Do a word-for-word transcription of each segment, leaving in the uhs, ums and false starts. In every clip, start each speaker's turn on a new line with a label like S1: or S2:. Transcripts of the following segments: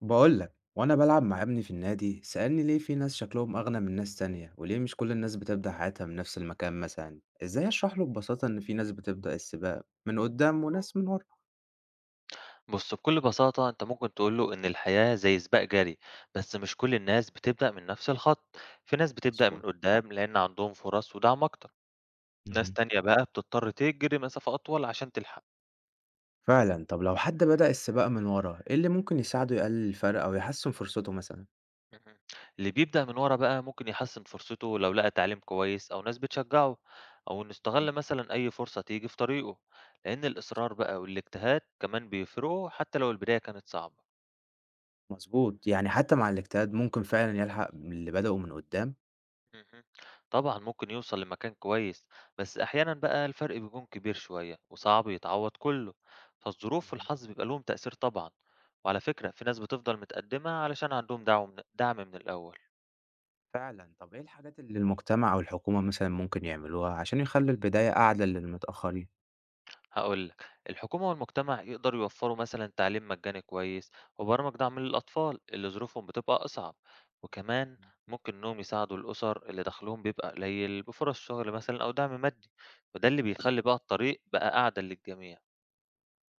S1: بقول لك وانا بلعب مع ابني في النادي سألني ليه في ناس شكلهم اغنى من ناس تانية، وليه مش كل الناس بتبدأ حياتها من نفس المكان مثلا؟ ازاي اشرح له ببساطة ان في ناس بتبدأ السباق من قدام وناس من ورا؟
S2: بُص، بكل بساطة أنت ممكن تقول له إن الحياة زي سباق جري، بس مش كل الناس بتبدأ من نفس الخط، في ناس بتبدأ من
S1: مظبوط.
S2: قدام لأن عندهم فرص ودعم أكتر، ناس
S1: مهم.
S2: تانية بقى بتضطر تجري مسافة أطول عشان تلحق،
S1: فعلا. طب لو حد بدأ السباق من ورا، ايه اللي ممكن يساعده يقلل الفرق او يحسن فرصته مثلا؟
S2: اهم، اللي بيبدأ من ورا بقى ممكن يحسن فرصته لو لقى تعليم كويس أو ناس بتشجعه، أو إنه
S1: مهم.
S2: استغل مثلًا أي فرصة تيجي في طريقه، لأن الإصرار بقى والاجتهاد كمان بيفرقوا حتى لو البداية كانت صعبة.
S1: مظبوط، يعني حتى مع الاجتهاد ممكن فعلا يلحق اللي بدأوا من قدام.
S2: اهم. طبعًا ممكن يوصل لمكان كويس، بس أحيانًا بقى الفرق بيكون كبير شوية وصعب يتعوّض كُلّه، فالظروف
S1: مهم.
S2: والحظ بيبقى لهم تأثير طبعًا، وعلى فكرة في ناس بتفضل متقدّمة علشان عندهم دعو من دعم من الأول،
S1: فعلا. طب ايه الحاجات اللي المجتمع او الحكومة مثلا ممكن يعملوها عشان يخلوا البداية اعدل للمتأخرين؟
S2: هاقول لك الحكومة والمجتمع يقدروا يوفّروا مثلًا تعليم مجاني كويس وبرامج دعم للأطفال اللي ظروفهم بتبقى أصعب، وكمان ممكن إنّهم يساعدوا الأسر اللي دخلهم بيبقى قليل بفُرص شغل مثلًا أو دعم مادي، وده اللي بيخلّي
S1: مظبوط.
S2: بقى الطريق بقى أعدل للجميع.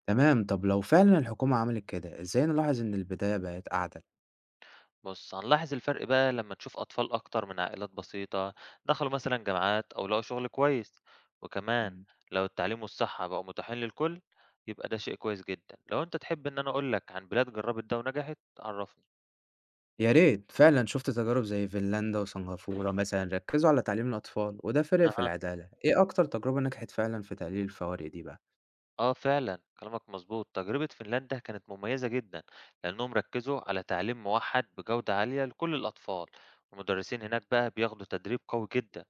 S1: تمام، طب لو فعلا الحكومة عملت كده، ازاي نلاحظ ان البداية بقت أعدل؟
S2: بُص، هنلاحظ الفرق بقى لمّا نشوف أطفال أكتر من عائلات بسيطة دخلوا مثلًا جامعات أو لقوا شغل كويس، وكمان
S1: مم.
S2: لو التعليم والصحة بقوا متاحين للكل يبقى ده شيء كويس جدًا. لو أنت تحب إن أنا أقول لك عن بلاد جربت ده ونجحت عرّفني.
S1: يا ريت فعلا. شفت تجارب زي فنلندا وسنغافورة مثلا، ركزوا على تعليم الأطفال وده فرق في
S2: أها،
S1: العدالة. ايه أكتر تجربة نجحت فعلا في تقليل الفوارق دي بقى؟
S2: آه فعلًا كلامك مضبوط، تجربة فنلندا كانت مميزة جدًا لأنهم ركّزوا على تعليم موحّد بجودة عالية لكل الأطفال، والمدرسين
S1: مم.
S2: هناك بقى بياخدوا تدريب قوي جدًا،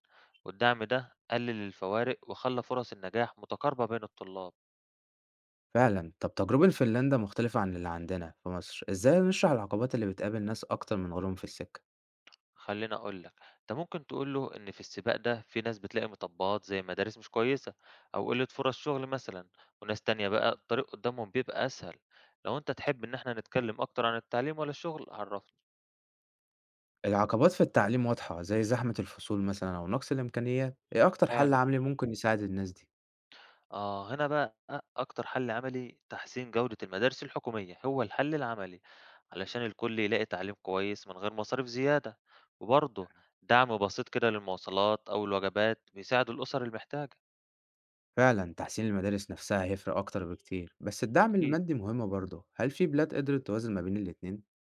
S2: والدعم ده قلل الفوارق وخلّى فرص النجاح متقاربة بين الطلاب.
S1: فعلا. طب تجربة فنلندا مختلفة عن اللي عندنا في مصر، ازاي نشرح العقبات اللي بتقابل ناس أكتر من غيرهم في السكة؟
S2: خلّيني أقول لك، أنت ممكن تقول له إن في السباق ده في ناس بتلاقي مطبّات زي مدارس مش كويسة أو قِلّة فرص شغل مثلًا، وناس تانية بقى الطريق قدّامهم بيبقى أسهل. لو أنت تحب إن إحنا نتكلم أكتر عن التعليم والّا الشغل عرّفني.
S1: العقبات في التعليم واضحة زي زحمة الفصول مثلا أو نقص الإمكانيات، ايه أكتر حل
S2: فعلًا،
S1: عملي ممكن يساعد الناس دي؟
S2: آه، هنا بقى أكتر حل عملي تحسين جودة المدارس الحكومية، هو الحل العملي، علشان الكل يلاقي تعليم كويس من غير مصاريف زيادة. وبرضه دعم بسيط كده للمواصلات أو الوجبات بيساعد الأسر المحتاجة.
S1: فعلا تحسين المدارس نفسها هيفرق أكتر بكتير، بس الدعم
S2: أكيد.
S1: المادي مهم برضه. هل في بلاد قدرت توازن ما بين الاتنين؟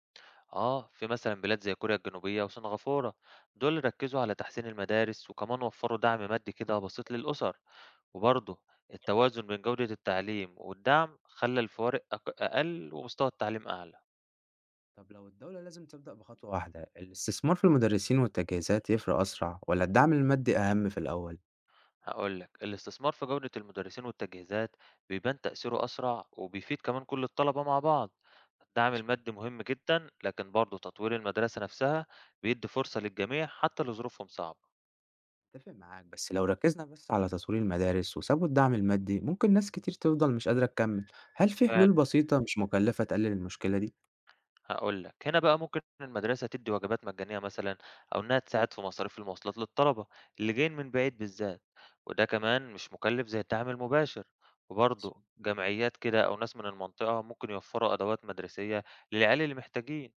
S2: آه في مثلا بلاد زي كوريا الجنوبية وسنغافورة دول ركزوا على تحسين المدارس وكمان وفروا دعم مادي كده بسيط للأسر وبرضه التوازن بين جودة التعليم والدعم خلى الفوارق أق- أقل ومستوى التعليم أعلى.
S1: طب لو الدولة لازم تبدأ بخطوة واحدة، الاستثمار في المدرسين والتجهيزات يفرق أسرع ولا الدعم المادي أهم في الأول؟
S2: هقولك الاستثمار في جودة المدرسين والتجهيزات بيبان تأثيره أسرع وبيفيد كمان كل الطلبة مع بعض. الدعم
S1: مظبوط.
S2: المادي مهم جدا لكن برضه تطوير المدرسة نفسها بيدي فرصة للجميع حتى لو ظروفهم صعبة.
S1: اتفق معاك، بس لو ركزنا بس على تطوير المدارس وسابوا الدعم المادي ممكن ناس كتير تفضل مش قادرة تكمل. هل في حلول بسيطة مش مكلفة تقلل المشكلة دي؟
S2: هاقول لك، هنا بقى ممكن المدرسة تدّي وجبات مجانية مثلًا أو إنها تساعد في مصاريف المواصلات للطلبة اللي جايين من بعيد بالذات، وده كمان مش مكلف زي الدعم المباشر، وبرضه
S1: مظبوط.
S2: جمعيات كده أو ناس من المنطقة ممكن يوفّروا أدوات مدرسية للعيال اللي محتاجين،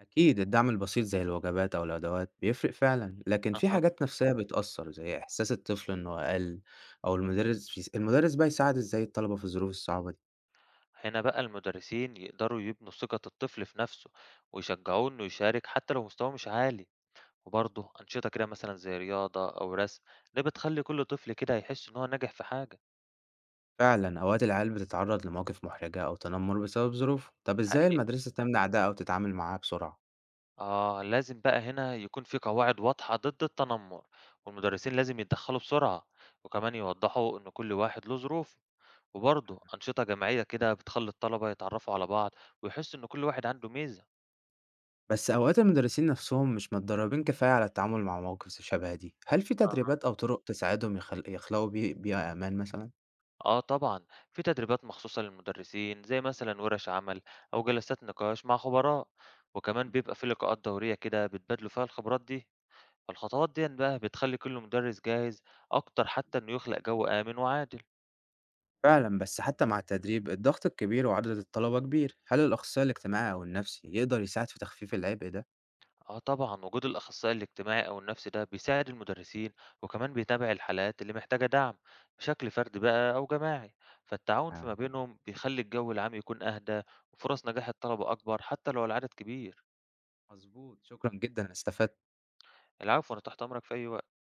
S1: أكيد الدعم البسيط زي الوجبات أو الأدوات بيفرق فعلا، لكن في
S2: أها،
S1: حاجات نفسية بتأثر زي إحساس الطفل إنه أقل، أو المدرس بيس... المدرس بقى يساعد إزاي الطلبة في الظروف الصعبة دي؟
S2: هنا بقى المدرسين يقدروا يبنوا ثقة الطفل في نفسه ويشجعوه إنه يشارك حتى لو مستواه مش عالي، وبرضه أنشطة كده مثلًا زي رياضة أو رسم، ده بتخلّي كل طفل كده يحس إن هو ناجح في حاجة،
S1: فعلا، أوقات العيال بتتعرض لمواقف محرجة أو تنمر بسبب ظروف. طب إزاي
S2: حقيقي.
S1: المدرسة تمنع ده أو تتعامل معاه بسرعة؟
S2: آه لازم بقى هنا يكون في قواعد واضحة ضد التنمر والمدرسين لازم يتدخلوا بسرعة وكمان يوضحوا إن كل واحد له ظروف وبرضه أنشطة جماعية كده بتخلي الطلبة يتعرفوا على بعض ويحسوا إن كل واحد عنده ميزة.
S1: بس أوقات المدرسين نفسهم مش متدربين كفاية على التعامل مع مواقف شبه دي، هل في
S2: أها،
S1: تدريبات أو طرق تساعدهم يخل... يخلقوا بي... بيئة أمان مثلا؟
S2: آه طبعا في تدريبات مخصوصة للمدرسين زي مثلا ورش عمل أو جلسات نقاش مع خبراء وكمان بيبقى في لقاءات دورية كده بتبادلوا فيها الخبرات دي، فالخطوات دي بقى بتخلي كل مدرس جاهز أكتر حتى إنه يخلق جو آمن وعادل.
S1: فعلا، بس حتى مع التدريب الضغط الكبير وعدد الطلبة كبير، هل الأخصائي الاجتماعي أو النفسي يقدر يساعد في تخفيف العبء ده؟
S2: آه طبعًا، وجود الأخصائي الاجتماعي أو النفسي ده بيساعد المدرسين، وكمان بيتابع الحالات اللي محتاجة دعم بشكل فردي بقى أو جماعي، فالتعاون
S1: آه،
S2: فيما بينهم بيخلي الجو العام يكون أهدى وفرص نجاح الطلبة أكبر حتى لو العدد كبير.
S1: مظبوط. شكرا جدا، أنا استفدت.
S2: العفو، أنا تحت أمرك في أي وقت.